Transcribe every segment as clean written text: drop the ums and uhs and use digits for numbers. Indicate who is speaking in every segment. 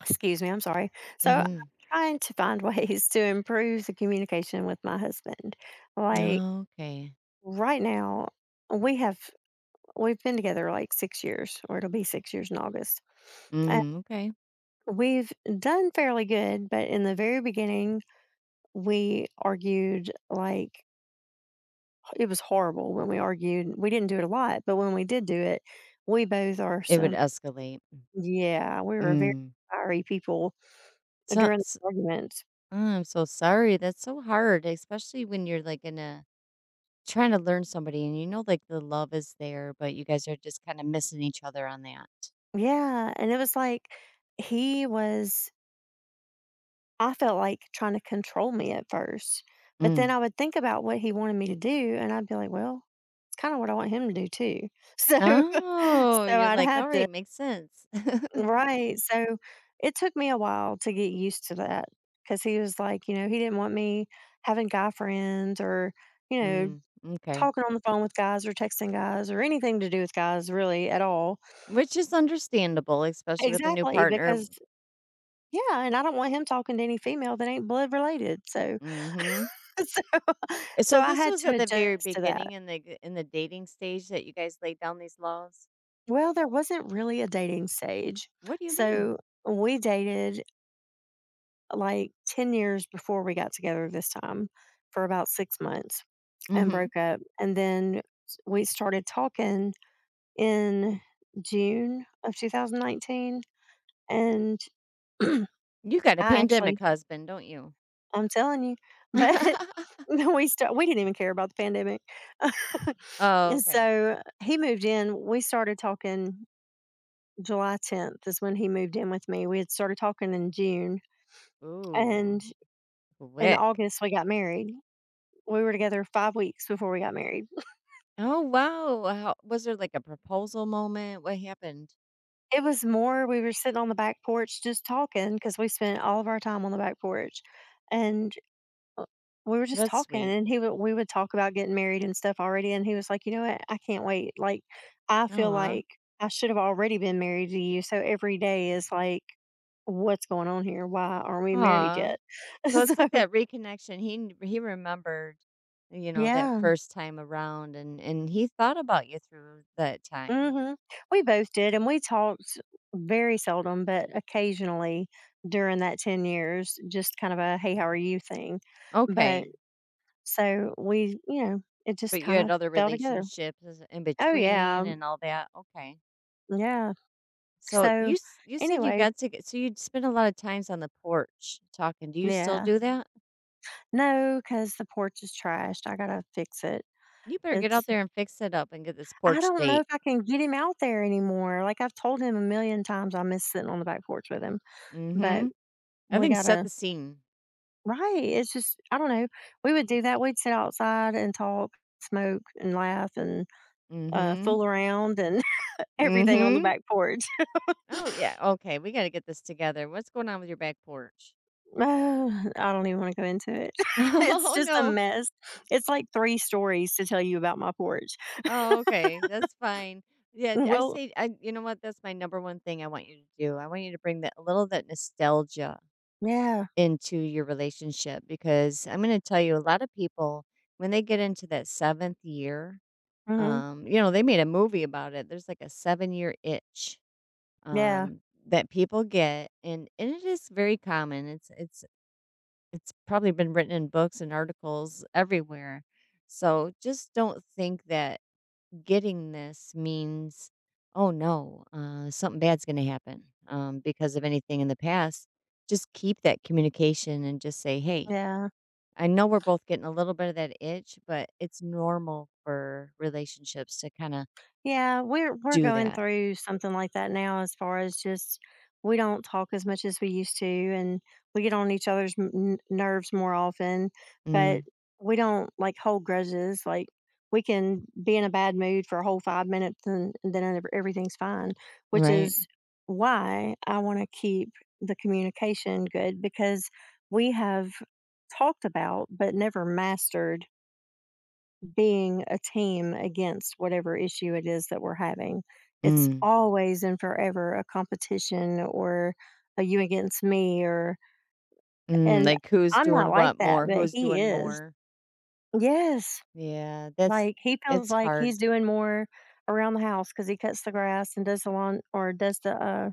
Speaker 1: Excuse me, I'm sorry. So I'm
Speaker 2: Mhm.
Speaker 1: trying to find ways to improve the communication with my husband. Like
Speaker 2: Oh, okay.
Speaker 1: right now, we have we've been together like 6 years, or it'll be 6 years in August. And
Speaker 2: Mm, okay.
Speaker 1: we've done fairly good, but in the very beginning, we argued like it was horrible when we argued. We didn't do it a lot, but when we did do it, we both are
Speaker 2: It would
Speaker 1: some
Speaker 2: escalate.
Speaker 1: yeah, we were very
Speaker 2: Mm.
Speaker 1: fiery people
Speaker 2: So,
Speaker 1: during
Speaker 2: s-
Speaker 1: the argument.
Speaker 2: oh, I'm so sorry. That's so hard, especially when you're in a trying to learn somebody, and you know, like, the love is there, but you guys are just kind of missing each other on that.
Speaker 1: Yeah, and it was like he was I felt like trying to control me at first. But then
Speaker 2: Mm.
Speaker 1: I would think about what he wanted me to do and I'd be like, "Well, it's kinda what I want him to do too." So
Speaker 2: Oh,
Speaker 1: so
Speaker 2: you're
Speaker 1: I'd
Speaker 2: like,
Speaker 1: have
Speaker 2: all
Speaker 1: to.
Speaker 2: right, makes sense.
Speaker 1: Right. So it took me a while to get used to that because he was like, he didn't want me having guy friends or, you know,
Speaker 2: mm, okay.
Speaker 1: talking on the phone with guys or texting guys or anything to do with guys really at all.
Speaker 2: Which is understandable, especially with a new
Speaker 1: Exactly,
Speaker 2: partner.
Speaker 1: because yeah, and I don't want him talking to any female that ain't blood related, so
Speaker 2: Hmm.
Speaker 1: so so
Speaker 2: So
Speaker 1: I
Speaker 2: this
Speaker 1: had
Speaker 2: was
Speaker 1: to
Speaker 2: at the very
Speaker 1: adjust to that.
Speaker 2: beginning, in the dating stage, that you guys laid down these laws?
Speaker 1: Well, there wasn't really a dating stage.
Speaker 2: What do you mean?
Speaker 1: So, we dated, like, 10 years before we got together this time for about 6 months and
Speaker 2: Mhm.
Speaker 1: broke up, and then we started talking in June of 2019, and I
Speaker 2: You got a
Speaker 1: actually
Speaker 2: pandemic husband, don't you?
Speaker 1: I'm telling you. But we didn't even care about the pandemic.
Speaker 2: Oh,
Speaker 1: And
Speaker 2: okay.
Speaker 1: so he moved in. We started talking July 10th is when he moved in with me. We had started talking in June,
Speaker 2: Ooh,
Speaker 1: and in
Speaker 2: quick.
Speaker 1: August we got married. We were together 5 weeks before we got married.
Speaker 2: Oh, wow. How was there, like, a proposal moment? What happened?
Speaker 1: It was more we were sitting on the back porch just talking because we spent all of our time on the back porch. And we were just
Speaker 2: That's
Speaker 1: talking,
Speaker 2: sweet.
Speaker 1: and he would we would talk about getting married and stuff already, and he was like, "You know what? I can't wait. Like, I feel
Speaker 2: Aw,
Speaker 1: like I should have already been married to you. So every day is like, what's going on here? Why aren't we married
Speaker 2: aw.
Speaker 1: yet?"
Speaker 2: So
Speaker 1: So
Speaker 2: it's like that reconnection. He remembered, you know, that
Speaker 1: yeah,
Speaker 2: first time around, and he thought about you through that time.
Speaker 1: hmm we both did, and we talked very seldom, but occasionally during that 10 years, just kind of a "Hey, how are you?" thing. But
Speaker 2: Okay,
Speaker 1: so we, it just
Speaker 2: but you
Speaker 1: kind
Speaker 2: had
Speaker 1: of
Speaker 2: other
Speaker 1: fell together.
Speaker 2: relationships in
Speaker 1: Oh yeah,
Speaker 2: between and all that? Okay.
Speaker 1: yeah. So
Speaker 2: You said you
Speaker 1: anyway,
Speaker 2: got to get, so you'd spend a lot of times on the porch talking. Do you still
Speaker 1: yeah.
Speaker 2: do that?
Speaker 1: No, because the porch is trashed. I gotta fix it.
Speaker 2: You better get out
Speaker 1: It's
Speaker 2: there and fix it up and get this
Speaker 1: I
Speaker 2: porch
Speaker 1: don't know
Speaker 2: date.
Speaker 1: if I can get him out there anymore. Like I've told him a million times I miss sitting on the back porch with him. But
Speaker 2: Mm-hmm. I
Speaker 1: we
Speaker 2: think, set
Speaker 1: gotta.
Speaker 2: the scene.
Speaker 1: Right. It's just I don't know. We would do that. We'd sit outside and talk, smoke and laugh and
Speaker 2: Mm-hmm.
Speaker 1: fool around and everything on the
Speaker 2: Mm-hmm.
Speaker 1: back porch.
Speaker 2: Oh yeah. Okay. We gotta get this together. What's going on with your back porch?
Speaker 1: Oh, I don't even want to go into it. It's
Speaker 2: oh
Speaker 1: just a
Speaker 2: no.
Speaker 1: mess. It's like three stories to tell you about my porch.
Speaker 2: Oh, okay. That's fine. Yeah, I
Speaker 1: We'll
Speaker 2: say I you know what? That's my number one thing I want you to do. I want you to bring that, a little of that nostalgia,
Speaker 1: Yeah.
Speaker 2: into your relationship, because I'm going to tell you, a lot of people, when they get into that 7th year,
Speaker 1: Mhm.
Speaker 2: you know, they made a movie about it. There's like a 7-year itch
Speaker 1: Yeah.
Speaker 2: um that people get, and it is very common. It's it's probably been written in books and articles everywhere. So just don't think that getting this means, oh no, something bad's going to happen, because of anything in the past. Just keep that communication and just say, hey,
Speaker 1: Yeah.
Speaker 2: I know we're both getting a little bit of that itch, but it's normal for relationships to kinda
Speaker 1: Yeah, we're
Speaker 2: do
Speaker 1: going
Speaker 2: that.
Speaker 1: through something like that now as far as just we don't talk as much as we used to, and we get on each other's m- n nerves more often, but
Speaker 2: Mm,
Speaker 1: we don't, like, hold grudges. Like, we can be in a bad mood for a whole 5 minutes and then ev everything's fine, which
Speaker 2: right?
Speaker 1: is why I wanna keep the communication good, because we have talked about but never mastered being a team against whatever issue it is that we're having. It's
Speaker 2: Mm,
Speaker 1: always and forever a competition, or a you against me, or
Speaker 2: mm,
Speaker 1: and
Speaker 2: like, who's
Speaker 1: I'm not
Speaker 2: doing
Speaker 1: like
Speaker 2: what
Speaker 1: that,
Speaker 2: more?
Speaker 1: but
Speaker 2: Who's
Speaker 1: he
Speaker 2: doing
Speaker 1: is.
Speaker 2: more?
Speaker 1: Yes.
Speaker 2: Yeah, that's
Speaker 1: Like he feels
Speaker 2: it's
Speaker 1: like he's
Speaker 2: hard.
Speaker 1: doing more around the house because he cuts the grass and does the lawn, or does the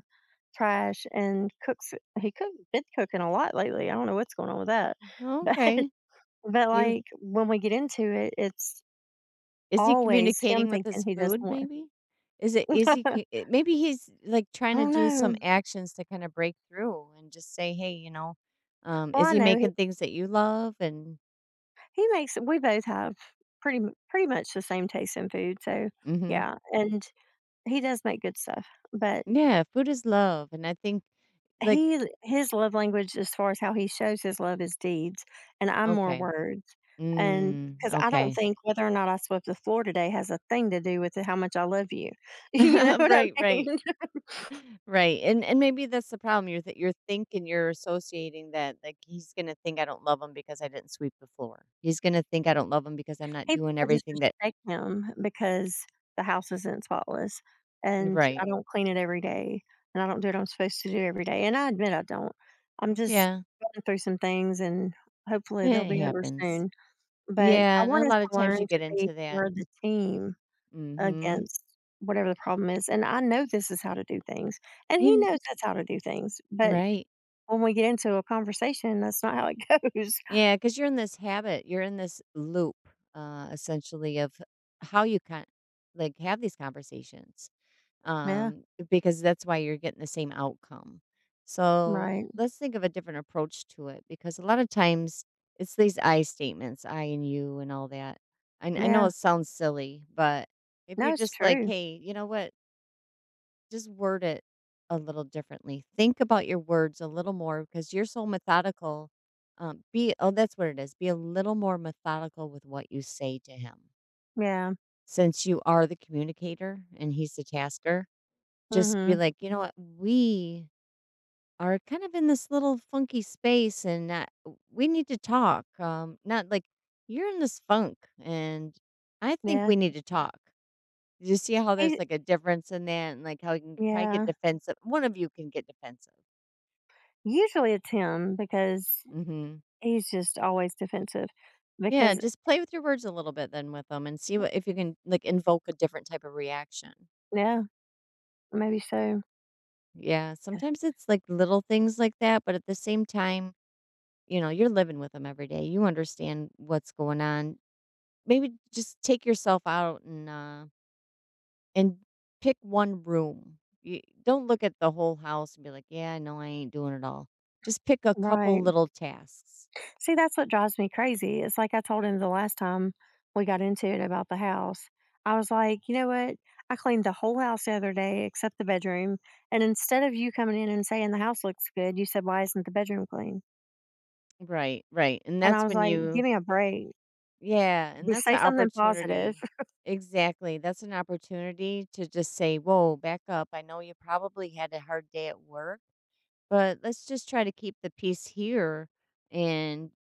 Speaker 1: trash, and cooks. He cook been cooking a lot lately. I don't know what's going on with that, but
Speaker 2: Okay.
Speaker 1: but
Speaker 2: You
Speaker 1: like when we get into it, it's
Speaker 2: Is he
Speaker 1: always him
Speaker 2: communicating with
Speaker 1: thinking
Speaker 2: his
Speaker 1: he does
Speaker 2: food
Speaker 1: more.
Speaker 2: maybe? Is it is he
Speaker 1: I
Speaker 2: c eh, Maybe he's, like, trying to
Speaker 1: don't
Speaker 2: do some
Speaker 1: know.
Speaker 2: actions to kinda break through and just say, "Hey," you know,
Speaker 1: Well,
Speaker 2: is
Speaker 1: I
Speaker 2: he
Speaker 1: know he
Speaker 2: making things that you love? And
Speaker 1: he makes we both have pretty much the same taste in food, so
Speaker 2: mhm.
Speaker 1: yeah, and he does make good stuff. But
Speaker 2: Yeah, food is love, and I think, like
Speaker 1: he his love language, as far as how he shows his love, is deeds, and I'm more
Speaker 2: okay,
Speaker 1: words. And
Speaker 2: mm,
Speaker 1: because I don't
Speaker 2: okay.
Speaker 1: think whether or not I swept the floor today has a thing to do with how much I love you. You know what I
Speaker 2: Right,
Speaker 1: mean?
Speaker 2: right, right, and maybe that's the problem. You're th you're thinking, you're associating that, like, he's gonna think I don't love him because I didn't sweep the floor. He's gonna think I don't love him because I'm not
Speaker 1: He
Speaker 2: doing
Speaker 1: decides it's
Speaker 2: everything
Speaker 1: just
Speaker 2: that.
Speaker 1: take him because the house is in spotless, and
Speaker 2: Right,
Speaker 1: I don't clean it every day, and I don't do what I'm supposed to do every day, and I admit I don't. I'm
Speaker 2: mm,
Speaker 1: just
Speaker 2: yeah,
Speaker 1: going through some things, and hopefully they'll
Speaker 2: it
Speaker 1: be over
Speaker 2: happens.
Speaker 1: soon, but
Speaker 2: Yeah,
Speaker 1: I
Speaker 2: and a
Speaker 1: want us
Speaker 2: lot of
Speaker 1: to learn
Speaker 2: times you
Speaker 1: to
Speaker 2: get
Speaker 1: be
Speaker 2: into that.
Speaker 1: for the team
Speaker 2: Mhm.
Speaker 1: against whatever the problem is, and I know this is how to do things, and he
Speaker 2: You
Speaker 1: knows that's how to do things, but
Speaker 2: Right,
Speaker 1: when we get into a conversation, that's not how it goes.
Speaker 2: yeah, because 'cause you're in this habit, you're in this loop, essentially, of how you can, like, have these conversations,
Speaker 1: Yeah,
Speaker 2: um, because that's why you're getting the same outcome. So,
Speaker 1: right.
Speaker 2: let's think of a different approach to it, because a lot of times it's these I statements, I and you and all that. I know it
Speaker 1: Yeah.
Speaker 2: sounds silly, but if you're
Speaker 1: No, it's
Speaker 2: just like,
Speaker 1: true.
Speaker 2: "Hey, you know what? Just word it a little differently. Think about your words a little more, because you're so methodical. Be Oh, that's what it is. Be a little more methodical with what you say to him,
Speaker 1: Yeah.
Speaker 2: since you are the communicator and he's the tasker. Just be
Speaker 1: Mhm.
Speaker 2: like, you know what, we are kind of in this little funky space, and we need to talk. Not like, you're in this funk, and I think
Speaker 1: Yeah.
Speaker 2: we need to talk. Did you see how there's,
Speaker 1: He
Speaker 2: like, a difference in that, and, like, how you can probably get
Speaker 1: Yeah.
Speaker 2: defensive? One of you can get defensive.
Speaker 1: Usually it's him, because
Speaker 2: Mhm.
Speaker 1: he's just always defensive
Speaker 2: Yeah,
Speaker 1: because
Speaker 2: just play with your words a little bit then with them, and see
Speaker 1: mm,
Speaker 2: what if you can, like, invoke a different type of reaction.
Speaker 1: yeah, maybe so.
Speaker 2: Yeah,
Speaker 1: Yeah.
Speaker 2: sometimes it's, like, little things like that, but at the same time, you know, you're living with them every day. You understand what's going on. Maybe just take yourself out and pick one room. You don't look at the whole house and be like, "Yeah, no, I ain't doing it all." Just pick a couple
Speaker 1: Right.
Speaker 2: little tasks.
Speaker 1: See, that's what drives me crazy. It's like I told him the last time we got into it about the house. I was like, you know what? I cleaned the whole house the other day except the bedroom. And instead of you coming in and saying the house looks good, you said, why isn't the bedroom clean?
Speaker 2: Right, right, and
Speaker 1: And I
Speaker 2: that's
Speaker 1: was
Speaker 2: when
Speaker 1: like, give
Speaker 2: you
Speaker 1: me a break.
Speaker 2: yeah, and
Speaker 1: Just
Speaker 2: that's
Speaker 1: say
Speaker 2: an
Speaker 1: something positive.
Speaker 2: opportunity. Exactly, that's an opportunity to just say, "Whoa, back up. I know you probably had a hard day at work, but let's just try to keep the peace here. And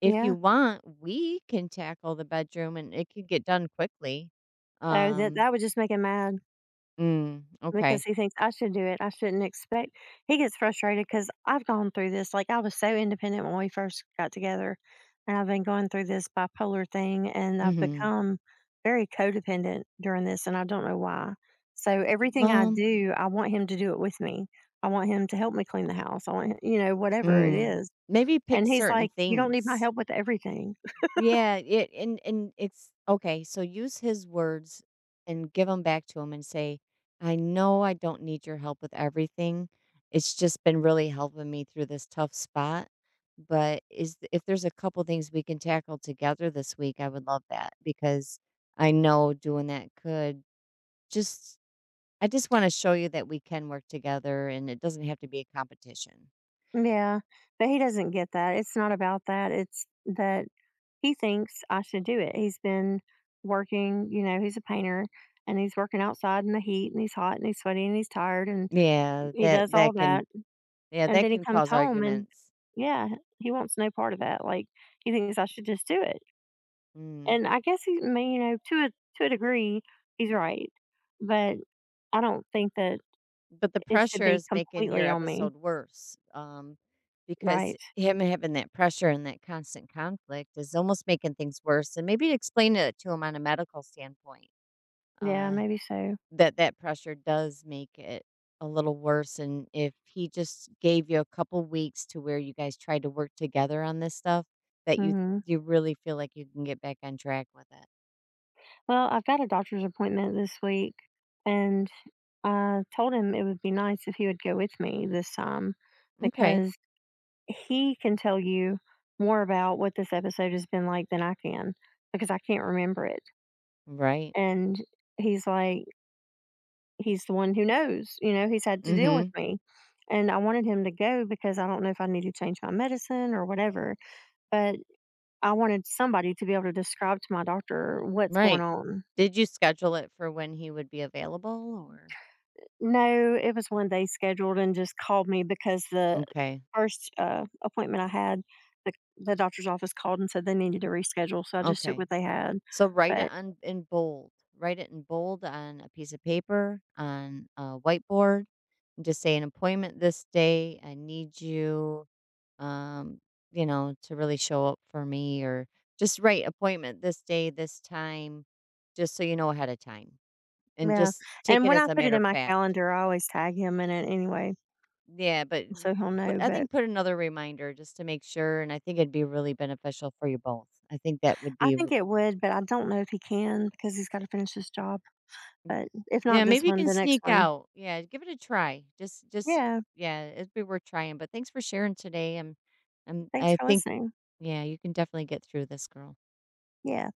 Speaker 2: if
Speaker 1: Yeah.
Speaker 2: you want, we can tackle the bedroom, and it could get done quickly."
Speaker 1: Oh, that,
Speaker 2: Um,
Speaker 1: that would just make him mad.
Speaker 2: mm, okay,
Speaker 1: Because he thinks I should do it. I shouldn't expect he gets frustrated because 'cause I've gone through this, like, I was so independent when we first got together, and I've been going through this bipolar thing, and I've
Speaker 2: mhm.
Speaker 1: become very codependent during this, and I don't know why. So everything I
Speaker 2: Well,
Speaker 1: do, I want him to do it with me. I want him to help me clean the house. I want whatever it
Speaker 2: mm,
Speaker 1: is.
Speaker 2: maybe pick
Speaker 1: And he's
Speaker 2: certain
Speaker 1: like, "You don't need my
Speaker 2: things.
Speaker 1: help with everything."
Speaker 2: Yeah, it, and it's okay, so use his words and give them back to him and say, "I know I don't need your help with everything. It's just been really helping me through this tough spot, but is if there's a couple things we can tackle together this week, I would love that, because I know doing that could just, I just wanna show you that we can work together, and it doesn't have to be a competition."
Speaker 1: Yeah, but he doesn't get that. It's not about that. It's that he thinks I should do it. He's been working, he's a painter, and he's working outside in the heat and he's hot and he's sweaty and he's tired and
Speaker 2: Yeah,
Speaker 1: he does
Speaker 2: that
Speaker 1: all
Speaker 2: that
Speaker 1: that.
Speaker 2: can yeah,
Speaker 1: And
Speaker 2: that
Speaker 1: then he
Speaker 2: can
Speaker 1: comes
Speaker 2: cause
Speaker 1: home, and
Speaker 2: arguments.
Speaker 1: yeah, he wants no part of that. Like he thinks I should just do it.
Speaker 2: Mm.
Speaker 1: And I guess he may, to a degree, he's right. But I don't think that
Speaker 2: But the
Speaker 1: it should
Speaker 2: pressure
Speaker 1: be
Speaker 2: is making your
Speaker 1: completely on me.
Speaker 2: episode worse, because
Speaker 1: Right.
Speaker 2: him having that pressure and that constant conflict is almost making things worse. And maybe explain it to him on a medical standpoint,
Speaker 1: Yeah,
Speaker 2: uh,
Speaker 1: maybe so.
Speaker 2: that that pressure does make it a little worse, and if he just gave you a couple weeks to where you guys tried to work together on this stuff, that
Speaker 1: hmm
Speaker 2: you really feel like you can get back on track with it.
Speaker 1: Well, I've got a doctor's appointment this week, and I told him it would be nice if he would go with me this time,
Speaker 2: Okay.
Speaker 1: because he can tell you more about what this episode has been like than I can, because I can't remember it.
Speaker 2: Right.
Speaker 1: And he's like, he's the one who knows, he's had to deal with
Speaker 2: Mhm.
Speaker 1: me. And I wanted him to go because I don't know if I need to change my medicine or whatever, but I wanted somebody to be able to describe to my doctor what's going
Speaker 2: Right.
Speaker 1: on.
Speaker 2: Did you schedule it for when he would be available? Or
Speaker 1: No, it was one day scheduled and just called me because the
Speaker 2: okay,
Speaker 1: first, appointment I had, the doctor's office called and said they needed to reschedule, so I just took
Speaker 2: okay.
Speaker 1: what they had,
Speaker 2: So write it
Speaker 1: but
Speaker 2: on in bold. Write it in bold on a piece of paper, on a whiteboard, and just say an appointment this day. I need you, um, you know, to really show up for me. Or just write appointment this day, this time, just so you know ahead of time, and
Speaker 1: yeah,
Speaker 2: just take
Speaker 1: and
Speaker 2: it
Speaker 1: when I
Speaker 2: as a
Speaker 1: put it
Speaker 2: matter
Speaker 1: in
Speaker 2: of
Speaker 1: my
Speaker 2: fact.
Speaker 1: calendar, I always tag him in it anyway,
Speaker 2: Yeah, but
Speaker 1: so he'll
Speaker 2: put,
Speaker 1: know,
Speaker 2: I
Speaker 1: but
Speaker 2: think, put another reminder just to make sure, and I think it'd be really beneficial for you both. I think that would
Speaker 1: I
Speaker 2: be
Speaker 1: think
Speaker 2: r-
Speaker 1: it would, but I don't know if he can because he's gotta finish his job,
Speaker 2: Mhm.
Speaker 1: but if
Speaker 2: Yeah,
Speaker 1: not this
Speaker 2: maybe you
Speaker 1: one,
Speaker 2: can
Speaker 1: the next
Speaker 2: sneak
Speaker 1: one.
Speaker 2: out. Yeah, give it a try. Just
Speaker 1: Yeah,
Speaker 2: yeah, it'd be worth trying. But thanks for sharing today. I'm
Speaker 1: thanks
Speaker 2: I
Speaker 1: for
Speaker 2: think
Speaker 1: listening.
Speaker 2: yeah, you can definitely get through this, girl.
Speaker 1: Yeah.